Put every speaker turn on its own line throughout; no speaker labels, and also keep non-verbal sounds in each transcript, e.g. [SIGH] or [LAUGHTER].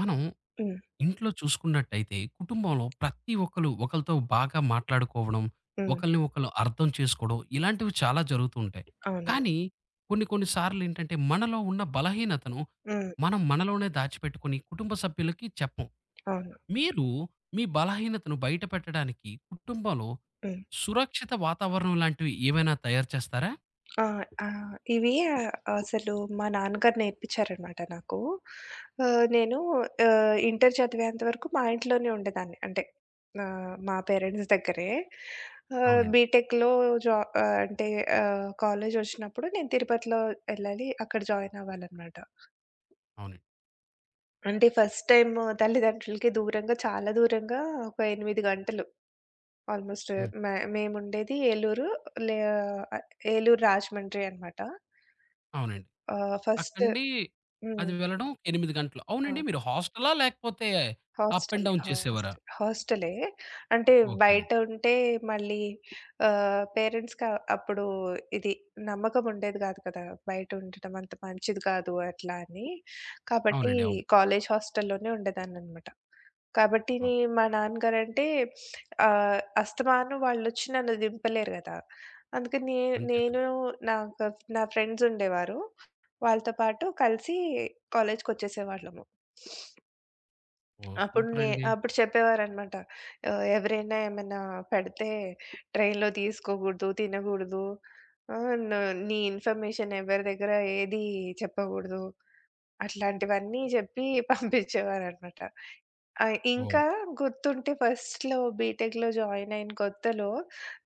మనం
హ్మ్.
ఇంట్లో చూసుకున్నట్టయితే కుటుంబంలో ప్రతి ఒక్కరు ఒకరితో బాగా మాట్లాడుకోవడం,
హ్మ్.
ఒకళ్ళని ఒకళ్ళు అర్థం చేసుకోవడం ఇలాంటివి చాలా జరుగుతూ ఉంటాయి.
అవునవును.
కానీ కొన్ని కొన్ని సార్లు ఏంటంటే మనలో ఉన్న బలహీనతను
హ్మ్.
మనం మనలోనే దాచిపెట్టుకొని కుటుంబ సభ్యులకి చెప్పం.
అవును.
మీరు మీ బలహీనతను బయట పెట్టడానికి కుటుంబంలో
హ్మ్.
సురక్షిత వాతావరణం లాంటివి ఏమైనా తయారు చేస్తారా?
ఆ! ఆహ్, ఇవి అసలు మా నాన్నగారు నేర్పించారనమాట నాకు. నేను ఇంటర్ చదివేంత వరకు మా ఇంట్లోనే ఉండేదాన్ని. అంటే మా పేరెంట్స్ దగ్గరే.
అవునండి.
బీటెక్‌లో జా అంటే కాలేజొచ్చినప్పుడు నేను తిరుపతిలో ఎళ్ళాలి. అక్కడ జాయిన్ అవ్వాలనమాట.
అవునండి.
అంటే ఫస్ట్ టైమ్ తల్లిదండ్రులకి దూరంగా చాలా దూరంగా ఒక 8 గంటలు. ఆల్‌మోస్ట్
హ్మ్.
మేముండేది ఏలూరు లే ఆహ్, ఏలూరు రాజమండ్రి అనమాట.
అవునండి.
ఫస్ట్
అక్కడి
హ్మ్.
అది వెళ్ళడం ఒక 8 గంటలు.
ఆ!
అవునండి. మీరు హాస్టలా? లేకపోతే అప్ అండ్
హాస్టల్.
డౌన్ చేసేవారా?
హాస్టల్. హాస్టలే. అంటే
ఓకేనండి.
బయట ఉంటే మళ్ళీ పేరెంట్స్‌కి అప్పుడు ఇది నమ్మకం ఉండేది గాదు కదా! బయట ఉండటం అంత మంచిది కాదు అట్లా అని. కాబట్టి
అవునండి. అవును.
కాలేజ్ హాస్టల్‌లోనే ఉండేదాన్ననమాట. కాబట్టి
అవును.
మా నాన్నగారంటే అస్తమానం వాళ్ళొచ్చి నన్ను దింపలేరు గదా! అందుకని నే
అంతే
నేను
కదండీ.
నాకు నా ఫ్రెండ్స్ ఉండేవారు. వాళ్ళతో పాటు కలిసి కాలేజ్‌కొచ్చేసేవాళ్ళము.
ఓహ్!
అప్పుడు
సూపర్ అండి.
అప్పుడు చెప్పేవారనమాట. ఎవరైనా ఏమన్నా పెడితే ట్రైన్‌లో తీసుకోకూడదు, తినకూడదు. ఆహ్, ను నీ ఇన్ఫర్మేషన్ ఎవరి దగ్గర ఏది చెప్పకూడదు. అట్లాంటివన్నీ చెప్పి [LAUGHS] పంపించేవారనమాట.
ఓహ్!
ఇంకా గుర్తుంటే ఫస్ట్‌లో బీటెక్‌లో జాయిన్ అయిన కొత్తలో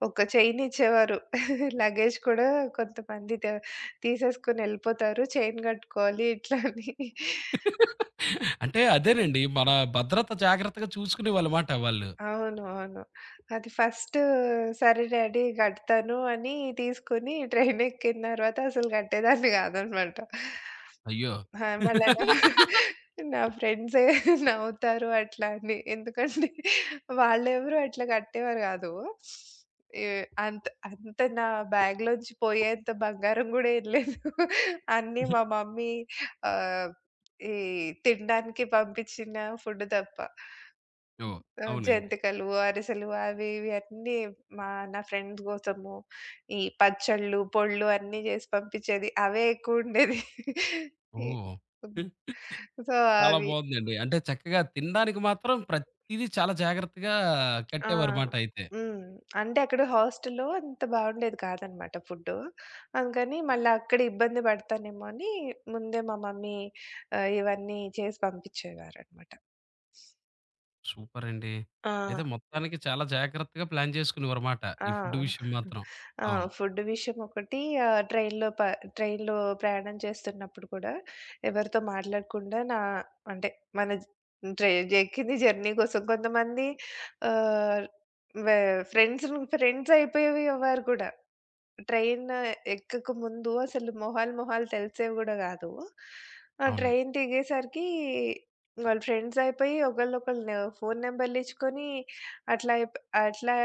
ఒక చైన్ ఇచ్చేవారు. [LAUGHS] లగేజ్ కూడా కొంతమంది తీసేసుకొని ఎళ్ళిపోతారు. చైన్ కట్టుకోవాలి ఇట్లా అని.
[LAUGHS] అంటే అదేనండి. మన భద్రత జాగ్రత్తగా చూసుకునేవాళ్ళమాట వాళ్ళు.
అవును. అవును. అది ఫస్టు సరే డాడీ గడతాను అని తీసుకొని ట్రైన్ ఎక్కిన తర్వాత అసలు గట్టేదాన్ని గాదనమాట.
అయ్యో!
ఆ! మళ్ళా నా
[LAUGHS]
నా ఫ్రెండ్సే నవ్వుతారు అట్లా అని. ఎందుకంటే వాళ్ళెవరు అట్లా కట్టేవారు గాదు. ఎ అంత అంత నా బ్యాగ్‌లోంచి పోయేంత బంగారం గూడా ఏం లేదు. అన్నీ మా మమ్మీ ఆహ్, ఈ తినడానికి పంపించిన ఫుడ్ తప్ప.
ఓహ్!
ఆ!
అవునండి.
జంతికలు, అరిసెలు అవి ఇవి అన్నీ మా నా ఫ్రెండ్స్ కోసము ఈ పచ్చళ్ళు, పొళ్ళు అన్నీ చేసి పంపించేది. అవే ఎక్కువుండేది. ఈ
ఓహ్!
హ్మ్. సో,
చాలా
అవి
బావుందండి. అంటే చక్కగా తినడానికి మాత్రం ప్రతీదీ చాలా జాగ్రత్తగా
ఆ!
కట్టేవారుమాట అయితే.
హ్మ్. అంటే అక్కడ హాస్టల్‌లో అంత బావుండేది కాదనమాట ఫుడ్డు. అందుకని మళ్ళా అక్కడ ఇబ్బంది పడతానేమో అని ముందే మా మమ్మీ ఇవన్నీ చేసి పంపించేవారనమాట.
సూపరండి.
ఆ!
అయితే మొత్తానికి చాలా జాగ్రత్తగా ప్లాన్ చేసుకునేవారుమాట.
ఆ!
ఈ ఫుడ్ విషయం మాత్రం.
ఆ!
అవును.
ఫుడ్ విషయం ఒకటి ఆహ్, ట్రైన్‌లో ప ట్రైన్‌లో ప్రయాణం చేస్తున్నప్పుడు కూడా ఎవరితో మాట్లాడకుండా నా అంటే మన జ ట్రై ఎక్కింది జర్నీ కోసం. కొంతమంది ఆహ్, వె ఫ్రెండ్స్ అయిపోయేవారు కూడా. ట్రైన్ ఎక్కక ముందు అసలు మొహాలు మొహాలు తెలిసేవి కూడా కాదు. ఆ
అవునండి.
ట్రైన్ దిగేసరికి వాళ్ళు ఫ్రెండ్స్ అయిపోయి ఒకళ్ళొకళ్ళు ఫోను నంబర్‌లిచ్చుకొని అట్లా అయిప్ అట్లా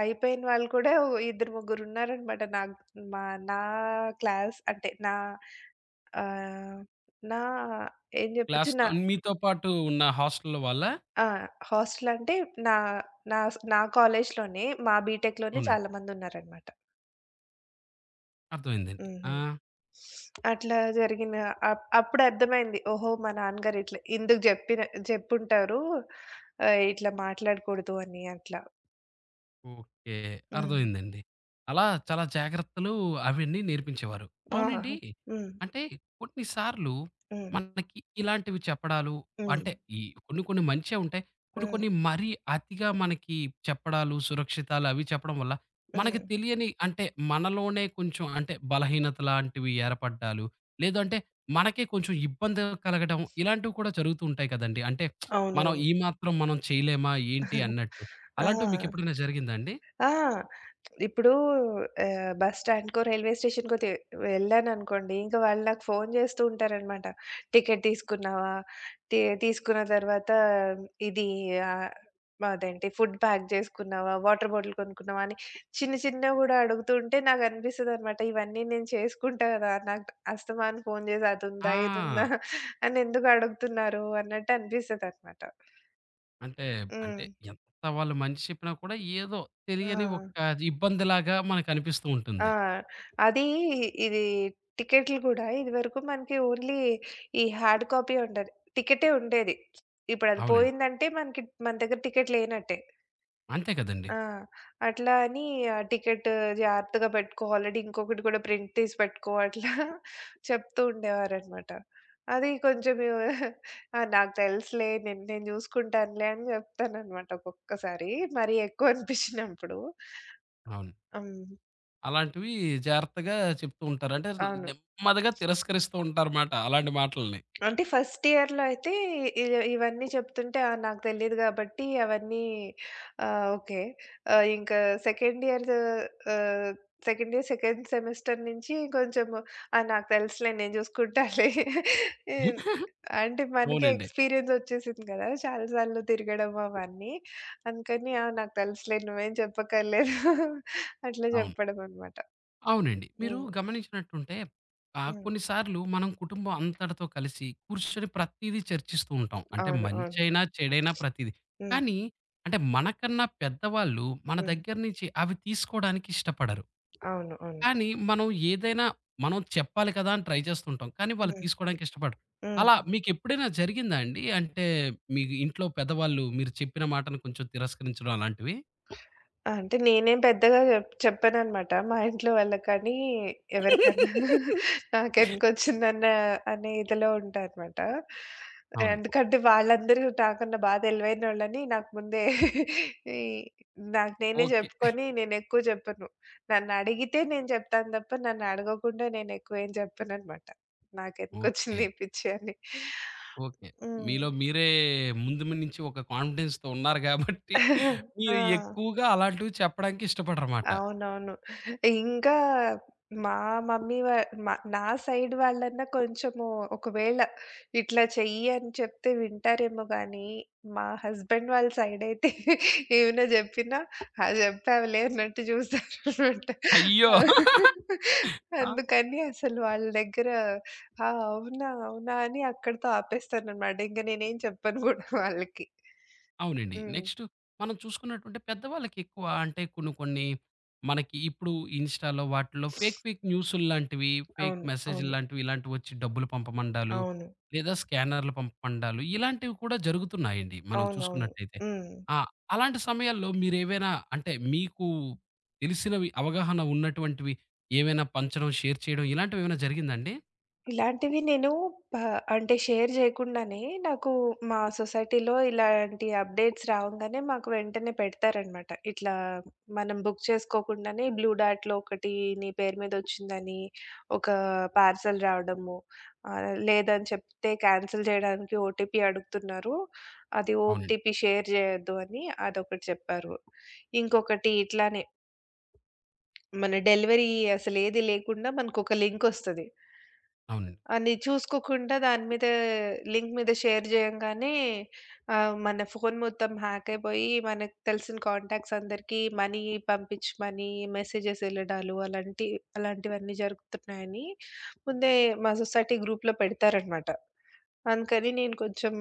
అయిపోయిన వాళ్ళు కూడా ఓ ఇద్దరు ముగ్గురున్నారనమాట. నాకు మా నా క్లాస్ అంటే నా ఆహ్, నా ఏం జెప్పొచ్చు నా
క్లాస్‌తో మీతో పాటు ఉన్న హాస్టల్‌లో వాళ్ళా?
ఆ! హాస్టల్ అంటే నా నా స్ నా కాలేజ్‌లోనే మా బీటెక్‌లోనే
అవునండి.
చాలా మందున్నారనమాట.
అర్థమైందండి.
హుహు.
ఆ!
అట్లా జరిగిన అప్పుడు అర్థమైంది. ఓహో! మా నాన్నగారు ఇట్లా ఇందుకు జెప్పుంటారు. ఇట్లా మాట్లాడకూడదు అని అట్లా.
ఓకే.
హ్మ్.
అర్థమైందండి. అలా చాలా జాగ్రత్తలు అవన్నీ నేర్పించేవారు.
ఆ!
అవునండి.
హ్మ్.
అంటే కొన్ని సార్లు
హ్మ్.
మనకి ఇలాంటివి చెప్పడాలు
హ్మ్.
అంటే ఈ కొన్ని కొన్ని మంచే ఉంటాయి. కొన్ని
హ్మ్.
కొన్ని మరీ అతిగా మనకి చెప్పడాలు, సురక్షితాలు అవి చెప్పడం వల్ల మనకి
హ్మ్.
తెలియని అంటే మనలోనే కొంచెం అంటే బలహీనత లాంటివి ఏర్పడ్డాలు, లేదంటే మనకే కొంచెం ఇబ్బంది కలగడం ఇలాంటివి కూడా జరుగుతూ ఉంటాయి కదండీ. అంటే మనం
అవునవును.
ఈ మాత్రం మనం చేయలేమా ఏంటి అన్నట్టు.
ఆ!
అలాంటివి మీకెప్పుడైనా జరిగిందా అండి?
ఆ! ఇప్పుడు బస్ స్టాండ్‌కో, రైల్వే స్టేషన్‌కో వెళ్ళాననుకోండి, ఇంకా వాళ్ళు నాకు ఫోను జేస్తూ ఉంటారనమాట. "టికెట్ తీసుకున్నావా? తీసుకున్న తర్వాత ఇది ఆహ్, అదేంటి ఫుడ్ ప్యాక్ జేసుకున్నావా? వాటర్ బాటిల్ కొనుక్కున్నావా?" అని చిన్న చిన్నవి గూడా అడుగుతూ ఉంటే నాకనిపిస్తదనమాట, ఇవన్నీ నేను చేసుకుంటా గదా! నాకు అస్తమాను ఫోను జేసి అదుందా? ఇదుందా?
ఆ!
అని ఎందుకు అడుగుతున్నారు అన్నట్టు అనిపిస్తదనమాట.
అంటే,
హ్మ్.
అంటే ఎంత వాళ్ళు మంచి చెప్పినా కూడా ఏదో
ఆ!
తెలియని ఒక ఇబ్బందిలాగా మనకనిపిస్తూ
ఆ!
ఉంటుంది.
అదీ ఇది టికెట్లు గూడా ఇదివరకు మనకి ఓన్లీ ఈ హార్డ్ కాపీ ఉండేది. టికెటే ఉండేది. ఇప్పుడది
అవునండి.
పోయిందంటే మనకి మన దగ్గర టికెట్ లేనట్టే.
అంతే కదండీ!
ఆ! అట్లా అని ఆ టికెట్ జాగ్రత్తగా పెట్టుకో, ఆల్రెడీ ఇంకొకటి కూడా ప్రింట్ తీసి పెట్టుకో అట్లా [LAUGHS] చెప్తూ ఉండేవారనమాట. అది కొంచెం ఆ! నాకు తెలుసులే నేను నేను జూసుకుంటానులే అని జెప్తాననమాట ఒక్కొక్కసారి. మరీ ఎక్కువ అనిపించినప్పుడు.
అవును.
హ్మ్.
అలాంటివి జాగ్రత్తగా చెప్తూ ఉంటారు. అంటే
అవును.
నెమ్మదిగా తిరస్కరిస్తూ ఉంటారుమాట అలాంటి మాటల్ని.
అంటే ఫస్ట్ ఇయర్‌లో అయితే ఇ ఇవన్నీ చెప్తుంటే ఆ! నాకు తెలీదు గాబట్టి అవన్నీ ఓకే. ఇంకా సెకండ్ ఇయర్ ఆహ్, సెకండ్ ఇయర్ సెకండ్ సెమిస్టర్ నుంచి కొంచెము ఆ! నాకు తెలుసులే నేను చూసుకుంటాలే. ఎన్
[LAUGHS]
అంటే మనకే
అవునండి.
ఎక్స్‌పీరియన్స్ వచ్చేసింది కదా! చాలా సార్లు తిరగడం అవన్నీ. అందుకని ఆ! నాకు తెలుసులే నువ్వేం చెప్పక్కర్లేదు అట్లా
అవును.
చెప్పడం అనమాట.
అవునండి. మీరు
హ్మ్.
గమనించినట్టుంటే ఆహ్,
హ్మ్.
కొన్నిసార్లు మనం కుటుంబం అంతటితో కలిసి కూర్చొని ప్రతీదీ చర్చిస్తూ ఉంటాం. అంటే
అవును. అవును.
మంచైనా, చెడైనా ప్రతీదీ.
హ్మ్.
కానీ అంటే మనకన్నా పెద్దవాళ్ళు మన
హ్మ్.
దగ్గర నుంచి అవి తీసుకోవడానికి ఇష్టపడరు.
అవును. అవును.
కానీ మనం ఏదైనా మనం చెప్పాలి కదా! అని ట్రై చేస్తుంటాం. కానీ వాళ్ళు
హ్మ్.
తీసుకోవడానికి ఇష్టపడరు.
హ్మ్.
అలా మీకెప్పుడైనా జరిగిందా అండి? అంటే మీ ఇంట్లో పెద్దవాళ్ళు మీరు చెప్పిన మాటను కొంచెం తిరస్కరించడం అలాంటివి?
ఆ! అంటే నేనేం పెద్దగా చెప్పాననమాట. మా ఇంట్లో వాళ్ళకి కానీ, ఎవరికన్నా
[LAUGHS]
నాకెందుకొచ్చిందన్న అనే ఇదిలో ఉంటా అనమాట.
అవును.
ఎందుకంటే వాళ్ళందరూ నాకన్నా బా తెలివైనోళ్ళని నాకు ముందే ఈ నాకు నేనే
ఓకే.
చెప్పుకొని నేనెక్కువ చెప్పను. నన్నడిగితే నేను చెప్తాను తప్ప, నన్ను అడగకుండా నేనెక్కువ ఏం చెప్పననమాట. నాకెందుకొచ్చింది
ఓకే.
ఈ పిచ్చి అని.
ఓకే.
హ్మ్.
మీలో మీరే ముందు మ నుంచి ఒక కాన్ఫిడెన్స్‌తో ఉన్నారు గాబట్టి, మీరు
ఆ!
ఎక్కువగా అలాంటివి చెప్పడానికి ఇష్టపడరమాట.
అవునవును. ఇంకా మా మమ్మీ వా మా నా సైడ్ వాళ్ళన్నా కొంచెము ఒకవేళ ఇట్లా చెయ్యి అని చెప్తే వింటారేమో గానీ, మా హస్బెండ్ వాళ్ళ సైడ్ అయితే [LAUGHS] ఏమైనా జెప్పినా, "ఆ! జెప్పావులే" అన్నట్టు జూస్తారనమాట.
అయ్యో!
[LAUGHS]
[LAUGHS] ఆ!
అందుకని అసలు వాళ్ళ దగ్గర "ఆ! అవునా? అవునా?" అని అక్కడితో ఆపేస్తాననమాట. ఇంక నేనేం చెప్పను గూడా వాళ్ళకి.
అవునండి.
హ్మ్.
నెక్స్ట్ మనం చూసుకున్నట్టుంటే పెద్దవాళ్ళకి ఎక్కువ అంటే కొన్ని కొన్ని మనకి ఇప్పుడు ఇన్‌స్టాలో వాటిల్లో ఫేక్ ఫేక్ న్యూసుల్లాంటివి, ఫేక్
అవును. అవును.
మెసేజుల్లాంటివి ఇలాంటివొచ్చి డబ్బులు పంపమండాలు,
అవును.
లేదా స్కానర్లు పంపమండాలు ఇలాంటివి కూడా జరుగుతున్నాయండి మనం
అవునవును.
చూసుకున్నట్టయితే.
హ్మ్.
ఆ! అలాంటి సమయాల్లో మీరేవైనా అంటే మీకు తెలిసినవి అవగాహన ఉన్నటువంటివి ఏవైనా పంచడం, షేర్ చేయడం ఇలాంటివేమైనా జరిగిందాండి?
ఇలాంటివి నేను ప అంటే షేర్ జేయకుండానే నాకు మా సొసైటీలో ఇలాంటి అప్‌డేట్స్ రావంగానే మాకు వెంటనే పెడతారనమాట. ఇట్లా మనం బుక్ చేసుకోకుండానే బ్లూ డార్ట్‌లో ఒకటి నీ పేరు మీదొచ్చిందని ఒక పార్సెల్ రావడము. లేదని చెప్తే క్యాన్సిల్ జేయడానికి ఓటీపీ అడుగుతున్నారు. అది
అవునండి.
ఓటీపీ షేర్ జేయొద్దు అని అదొకటి చెప్పారు. ఇంకొకటి ఇట్లానే మన డెలివరీ అసలేది లేకుండా మనకొక లింకొస్తది.
అవునండి.
అని చూసుకోకుండా దాని మీద లింక్ మీద షేర్ చేయంగానే మన ఫోను మొత్తం హ్యాక్ అయిపోయి, మనకు తెలిసిన కాంటాక్ట్స్ అందరికీ మనీ పంపించమని మెసేజెస్ ఎళ్ళడాలు అలాంటివన్నీ జరుగుతున్నాయని ముందే మా సొసైటీ గ్రూప్‌లో పెడతారనమాట. అందుకని నేను కొంచెం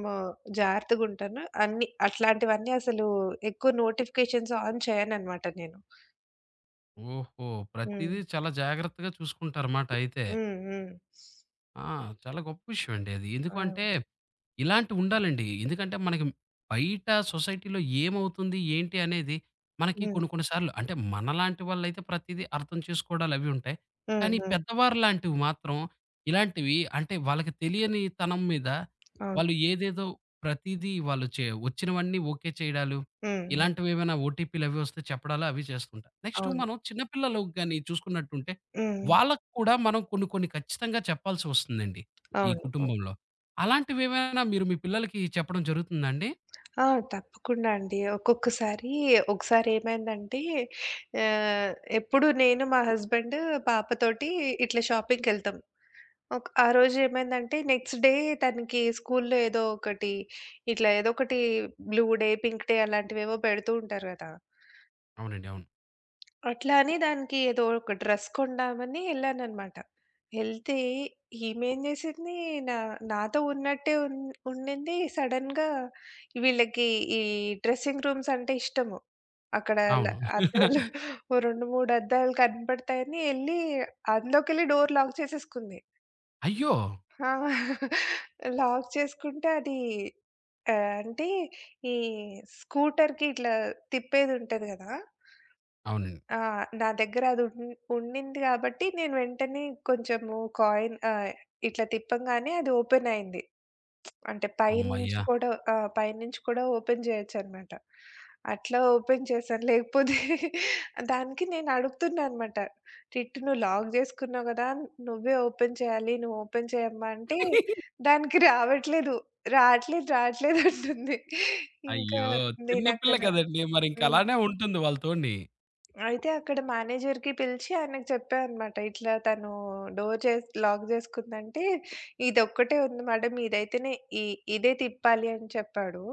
జాగ్రత్తగుంటాను. అన్నీ అట్లాంటివన్నీ అసలు ఎక్కువ నోటిఫికేషన్స్ ఆన్ చేయననమాట నేను.
ఓహో!
హ్మ్.
ప్రతీదీ చాలా జాగ్రత్తగా చూసుకుంటారుమాట అయితే.
హ్మ్. హ్మ్.
ఆ! చాలా గొప్ప విషయం అండి అది. ఎందుకంటే
ఆ!
ఇలాంటివి ఉండాలండి. ఎందుకంటే మనకి బయట సొసైటీలో ఏమవుతుంది? ఏంటి? అనేది మనకి
హ్మ్.
కొన్ని కొన్ని సార్లు అంటే మనలాంటి వాళ్ళైతే ప్రతీదీ అర్థం చేసుకోవడాలు అవి ఉంటాయి.
హ్మ్.
కానీ
హ్మ్.
పెద్దవారు లాంటివి మాత్రం ఇలాంటివి అంటే వాళ్ళకి తెలియని తనం మీద
అవును.
వాళ్ళు ఏదేదో ప్రతీదీ వాళ్ళు చే వచ్చినవన్నీ ఓకే చేయడాలు.
హ్మ్. హ్మ్.
ఇలాంటివి ఏమైనా ఓటీపీలు అవి వస్తే చెప్పడాలు అవి చేస్తుంటారు. నెక్స్ట్
అవును.
మనం చిన్న పిల్లలకు గాని చూసుకున్నట్టుంటే
హ్మ్.
వాళ్ళకి కూడా మనం కొన్ని కొన్ని ఖచ్చితంగా చెప్పాల్సి వస్తుందండి. ఈ
అవును. అవును.
కుటుంబంలో. అలాంటివేమైనా మీరు మీ పిల్లలకి చెప్పడం జరుగుతుందా అండి?
ఆ! తప్పకుండా అండి. ఒక్కొక్కసారి ఒకసారి ఏమైందంటే ఆహ్, ఎప్పుడు నేను, మా హస్బెండ్ పాపతోటి ఇట్లా షాపింగ్‌కెళ్తాం. ఒక ఆ రోజు ఏమైందంటే నెక్స్ట్ డే తనకి స్కూల్‌లో ఏదో ఒకటి ఇట్లా ఏదో ఒకటి బ్లూ డే, పింక్ డే అలాంటివేవో పెడుతూ ఉంటారు గదా!
అవునండి. అవును.
అట్లా అని దానికి ఏదో ఒక డ్రెస్ కొందామని ఎళ్ళాననమాట. ఎళ్తే ఈమేం జేసింది నా నాతో ఉన్నట్టే ఉన్ ఉండింది. సడెన్‌గా వీళ్ళకి ఈ డ్రెస్సింగ్ రూమ్స్ అంటే ఇష్టము. అక్కడ
అవును.
అద్దాలు
[LAUGHS]
ఓ 2, 3 అద్దాలు కనపడతాయని ఎళ్లి అందులోకెళ్ళి డోర్ లాక్ చేసేసుకుంది.
అయ్యో!
ఆ! లాక్ చేసుకుంటే అది అంటే ఈ స్కూటర్‌కి ఇట్లా తిప్పేదుంటది గదా!
అవునండి.
ఆ! నా దగ్గర అది ఉన్ ఉండింది గాబట్టి, నేను వెంటనే కొంచెము కాయిన్ ఇట్లా తిప్పంగానే అది ఓపెన్ అయింది. అంటే పైనుంచి
హమ్మయ్య!
కూడా ఆ! పైనుంచి కూడా ఓపెన్ చేయొచ్చనమాట. అట్లా ఓపెన్ చేశాను. లేకపోతే [LAUGHS] దానికి నేను అడుగుతున్నా అనమాట. "టిట్టు నువ్వు లాక్ జేసుకున్నావు గదా! నువ్వే ఓపెన్ చేయాలి. నువ్వు ఓపెన్ చేయమ్మా" అంటే దానికి రావట్లేదు. రాట్లేదు, రాట్లేదు అంటుంది. ఇంకా
అయ్యో! చిన్న పిల్ల
నేనక్కడ
కదండీ! మరింక
హ్మ్.
అలానే ఉంటుంది వాళ్ళతోని.
అయితే అక్కడ మేనేజర్‌కి పిలిచి ఆయనకి చెప్పా అనమాట. ఇట్లా తను డోర్ చేసి లాక్ చేసుకుందంటే, ఇదొక్కటే ఉంది మేడం ఇదైతేనే ఇ ఇదే తిప్పాలి అని చెప్పాడు.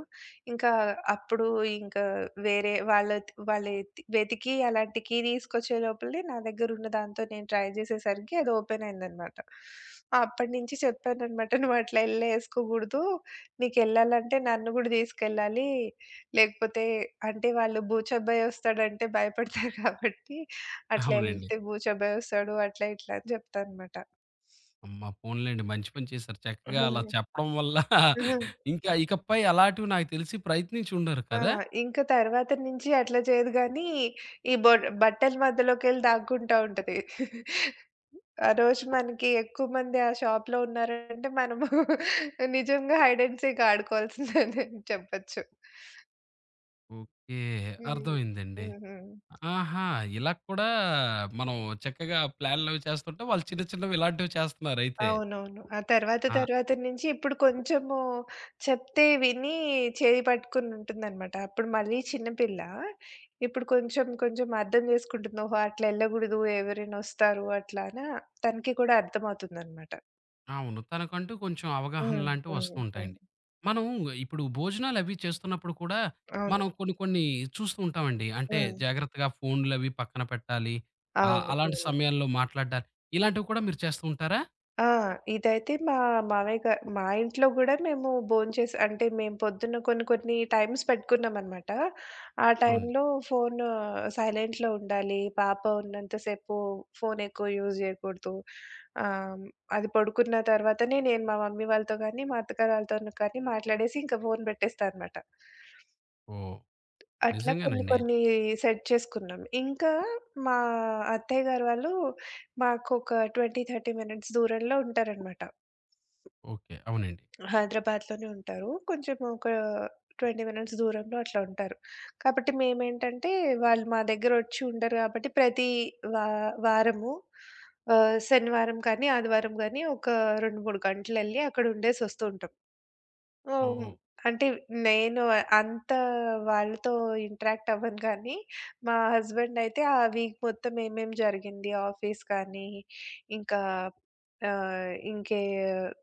ఇంకా అప్పుడు ఇంకా వేరే వాళ్ళ వాళ్ళు వెతికి అలాంటి కీ తీసుకొచ్చే లోపలే నా దగ్గర ఉన్న దాంతో నేను ట్రై చేసేసరికి అది ఓపెన్ అయిందనమాట. అప్పటి నుంచి చెప్పాననమాట. "నువ్వు అట్లా ఎళ్ళేసుకోకూడదు. నీకెళ్ళాలంటే నన్ను కూడా తీసుకెళ్ళాలి." లేకపోతే అంటే వాళ్ళు బూచబ్బాయి వస్తాడంటే భయపడతారు కాబట్టి అట్లా
అవునండి.
ఎళ్తే బూచబ్బాయి వస్తాడు అట్లా ఇట్లా అని చెప్తానమాట.
అమ్మ పోన్లేండి మంచి పని చేశారు. చక్కగా అలా చెప్పడం వల్ల [LAUGHS] ఇంకా ఇకపై అలాంటివి నాకు తెలిసి ప్రయత్నించి ఉండరు
ఆ!
కదా!
ఇంక తర్వాత నుంచి అట్లా చేయదు గానీ, ఈ బొ బట్టల మధ్యలోకెళ్ళి దాక్కుంటా ఉంటది. ఆ రోజు మనకి ఎక్కువ మంది ఆ షాప్‌లో ఉన్నారంటే మనము [LAUGHS] నిజంగా హైడ్ అండ్ సీక్ ఆడుకోవాల్సిందేనని చెప్పొచ్చు.
ఓకే.
హ్మ్.
అర్థమైందండి.
హ్మ్. హ్మ్.
ఆహా! ఇలా కూడా మనం చక్కగా ప్లాన్‌లవి చేస్తుంటే, వాళ్ళు చిన్న చిన్నవి ఇలాంటివి చేస్తున్నారయితే.
అవునవును. ఆ తర్వాత
ఆ!
తర్వాత నుంచి ఇప్పుడు కొంచెము చెప్తే విని చేయి పట్టుకొనుంటుందనమాట. అప్పుడు మళ్ళీ చిన్న పిల్ల. ఇప్పుడు కొంచెం కొంచెం అర్థం చేసుకుంటుంది. ఓహో! అట్లా ఎళ్ళకూడదు. ఎవరైనా వస్తారు అట్లా అని తనకి కూడా అర్థమవుతుందనమాట.
అవును. తనకంటూ కొంచెం అవగాహన
హ్మ్.
లాంటివి
హ్మ్.
వస్తూ
హ్మ్.
ఉంటాయండి. మనం ఇప్పుడు భోజనాలవి చేస్తున్నప్పుడు కూడా,
అవును.
మనం కొన్ని కొన్ని చూస్తూ ఉంటామండి. అంటే
హ్మ్.
జాగ్రత్తగా ఫోన్‌లవి పక్కన పెట్టాలి. ఆహ్,
అవును.
అలాంటి
అవును.
సమయాల్లో మాట్లాడాలి. ఇలాంటివి కూడా మీరు చేస్తూ ఉంటారా?
ఆ! ఇదైతే మా మామయ్య గా మా ఇంట్లో గూడా మేము భోంచేసి అంటే మేము పొద్దున్న కొన్ని కొన్ని టైమ్స్ పెట్టుకున్నామనమాట. ఆ
అవును.
టైంలో ఫోన్ సైలెంట్‌లో ఉండాలి. పాప ఉన్నంత సేపు ఫోన్ ఎక్కువ యూజ్ జేయకూడదు. ఆహ్, అది పడుకున్న తర్వాతనే నేను మా మమ్మీ వాళ్ళతో గానీ, మా అత్తగారు వాళ్ళతోను కానీ మాట్లాడేసి ఇంకా ఫోన్ బెట్టేస్తా అనమాట.
ఓహ్!
అట్లా కొన్ని
నిజంగానండి.
కొన్ని సెట్ చేసుకున్నాం. ఇంకా మా అత్తయ్య గారు వాళ్ళు మాకొక 20, 30 మినిట్స్ దూరంలో ఉంటారనమాట.
ఓకే. అవునండి.
హైదరాబాద్‌లోనే ఉంటారు. కొంచెం ఒక 20 మినిట్స్ దూరంలో అట్లా ఉంటారు. కాబట్టి మేమేంటంటే వాళ్ళు మా దగ్గరొచ్చి ఉండరు కాబట్టి ప్రతి వా వారము శనివారం కానీ, ఆదివారం గానీ ఒక 2, 3 గంటలెళ్లి అక్కడ ఉండేసొస్తూ ఉంటాం. ఓహ్!
ఓహ్!
అంటే నేను అంత వాళ్ళతో ఇంటరాక్ట్ అవ్వను గానీ, మా హస్బెండ్ అయితే ఆ వీక్ మొత్తం ఏమేం జరిగింది ఆఫీస్ కానీ, ఇంకా ఆహ్, ఇంకే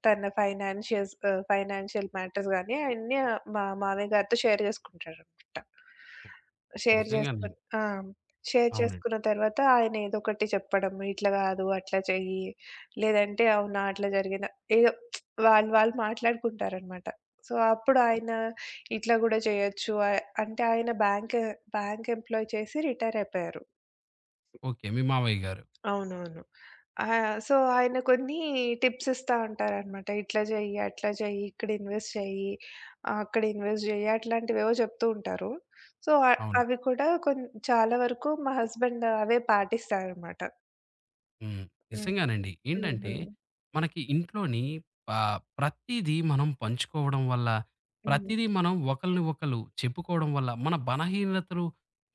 తన ఫైనాన్షియల్స్ ఫైనాన్షియల్ మ్యాటర్స్ గానీ అయన్నీ మా మామయ్య గారితో షేర్ చేసుకుంటాడనమాట. Share okay.
నిజంగానే.
చేసుకొని ఆ! షేర్
అవునండి.
చేసుకున్న తర్వాత ఆయన ఏదో ఒకటి చెప్పడం, ఇట్లా కాదు, అట్లా చెయ్యి, లేదంటే అవునా అట్లా జరిగిందా, ఏదో వాళ్ళు వాళ్ళు మాట్లాడుకుంటారనమాట. సో, అప్పుడు ఆయన ఇట్లా గూడా జేయొచ్చు. అంటే ఆయన బ్యాంక్ బ్యాంక్ ఎంప్లాయ్ చేసి రిటైర్ అయిపోయారు.
ఓకే. మీ మావయ్య గారు.
అవునవును. సో, ఆయన కొన్ని టిప్స్ ఇస్తా ఉంటారనమాట. ఇట్లా జెయ్యి, అట్లా జెయ్యి, ఇక్కడ ఇన్వెస్ట్ చెయ్యి, ఆ, అక్కడ ఇన్వెస్ట్ జెయ్యి అట్లాంటివేవో చెప్తూ ఉంటారు. సో,
అవును.
అవి కూడా చాలా వరకు మా హస్బెండ్ అవే పాటిస్తారనమాట.
హ్మ్.
హ్మ్.
నిజంగానండి.
హ్మ్.
ఏంటంటే,
హ్మ్.
మనకి ఇంట్లోని ఆహ్, ప్రతీదీ మనం పంచుకోవడం వల్ల,
హ్మ్.
ప్రతీదీ మనం ఒకళ్ళని ఒకళ్ళు చెప్పుకోవడం వల్ల, మన బలహీనతలు,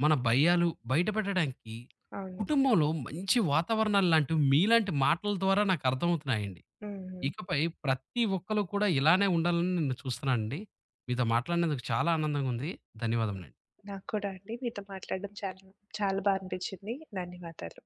మన భయాలు బయటపెట్టడానికి
అవును.
కుటుంబంలో మంచి వాతావరణాలు లాంటివి మీలాంటి మాటల ద్వారా నాకర్థమవుతున్నాయండి.
హ్మ్. హ్మ్.
ఇకపై ప్రతి ఒక్కళ్ళు కూడా ఇలానే ఉండాలని నేను చూస్తున్నానండి. మీతో మాట్లాడినందుకు చాలా ఆనందంగా ఉంది. ధన్యవాదములండి.
నాకు కూడా అండి. మీతో మాట్లాడడం చాలా చాలా బా అనిపిచ్చింది. ధన్యవాదాలు.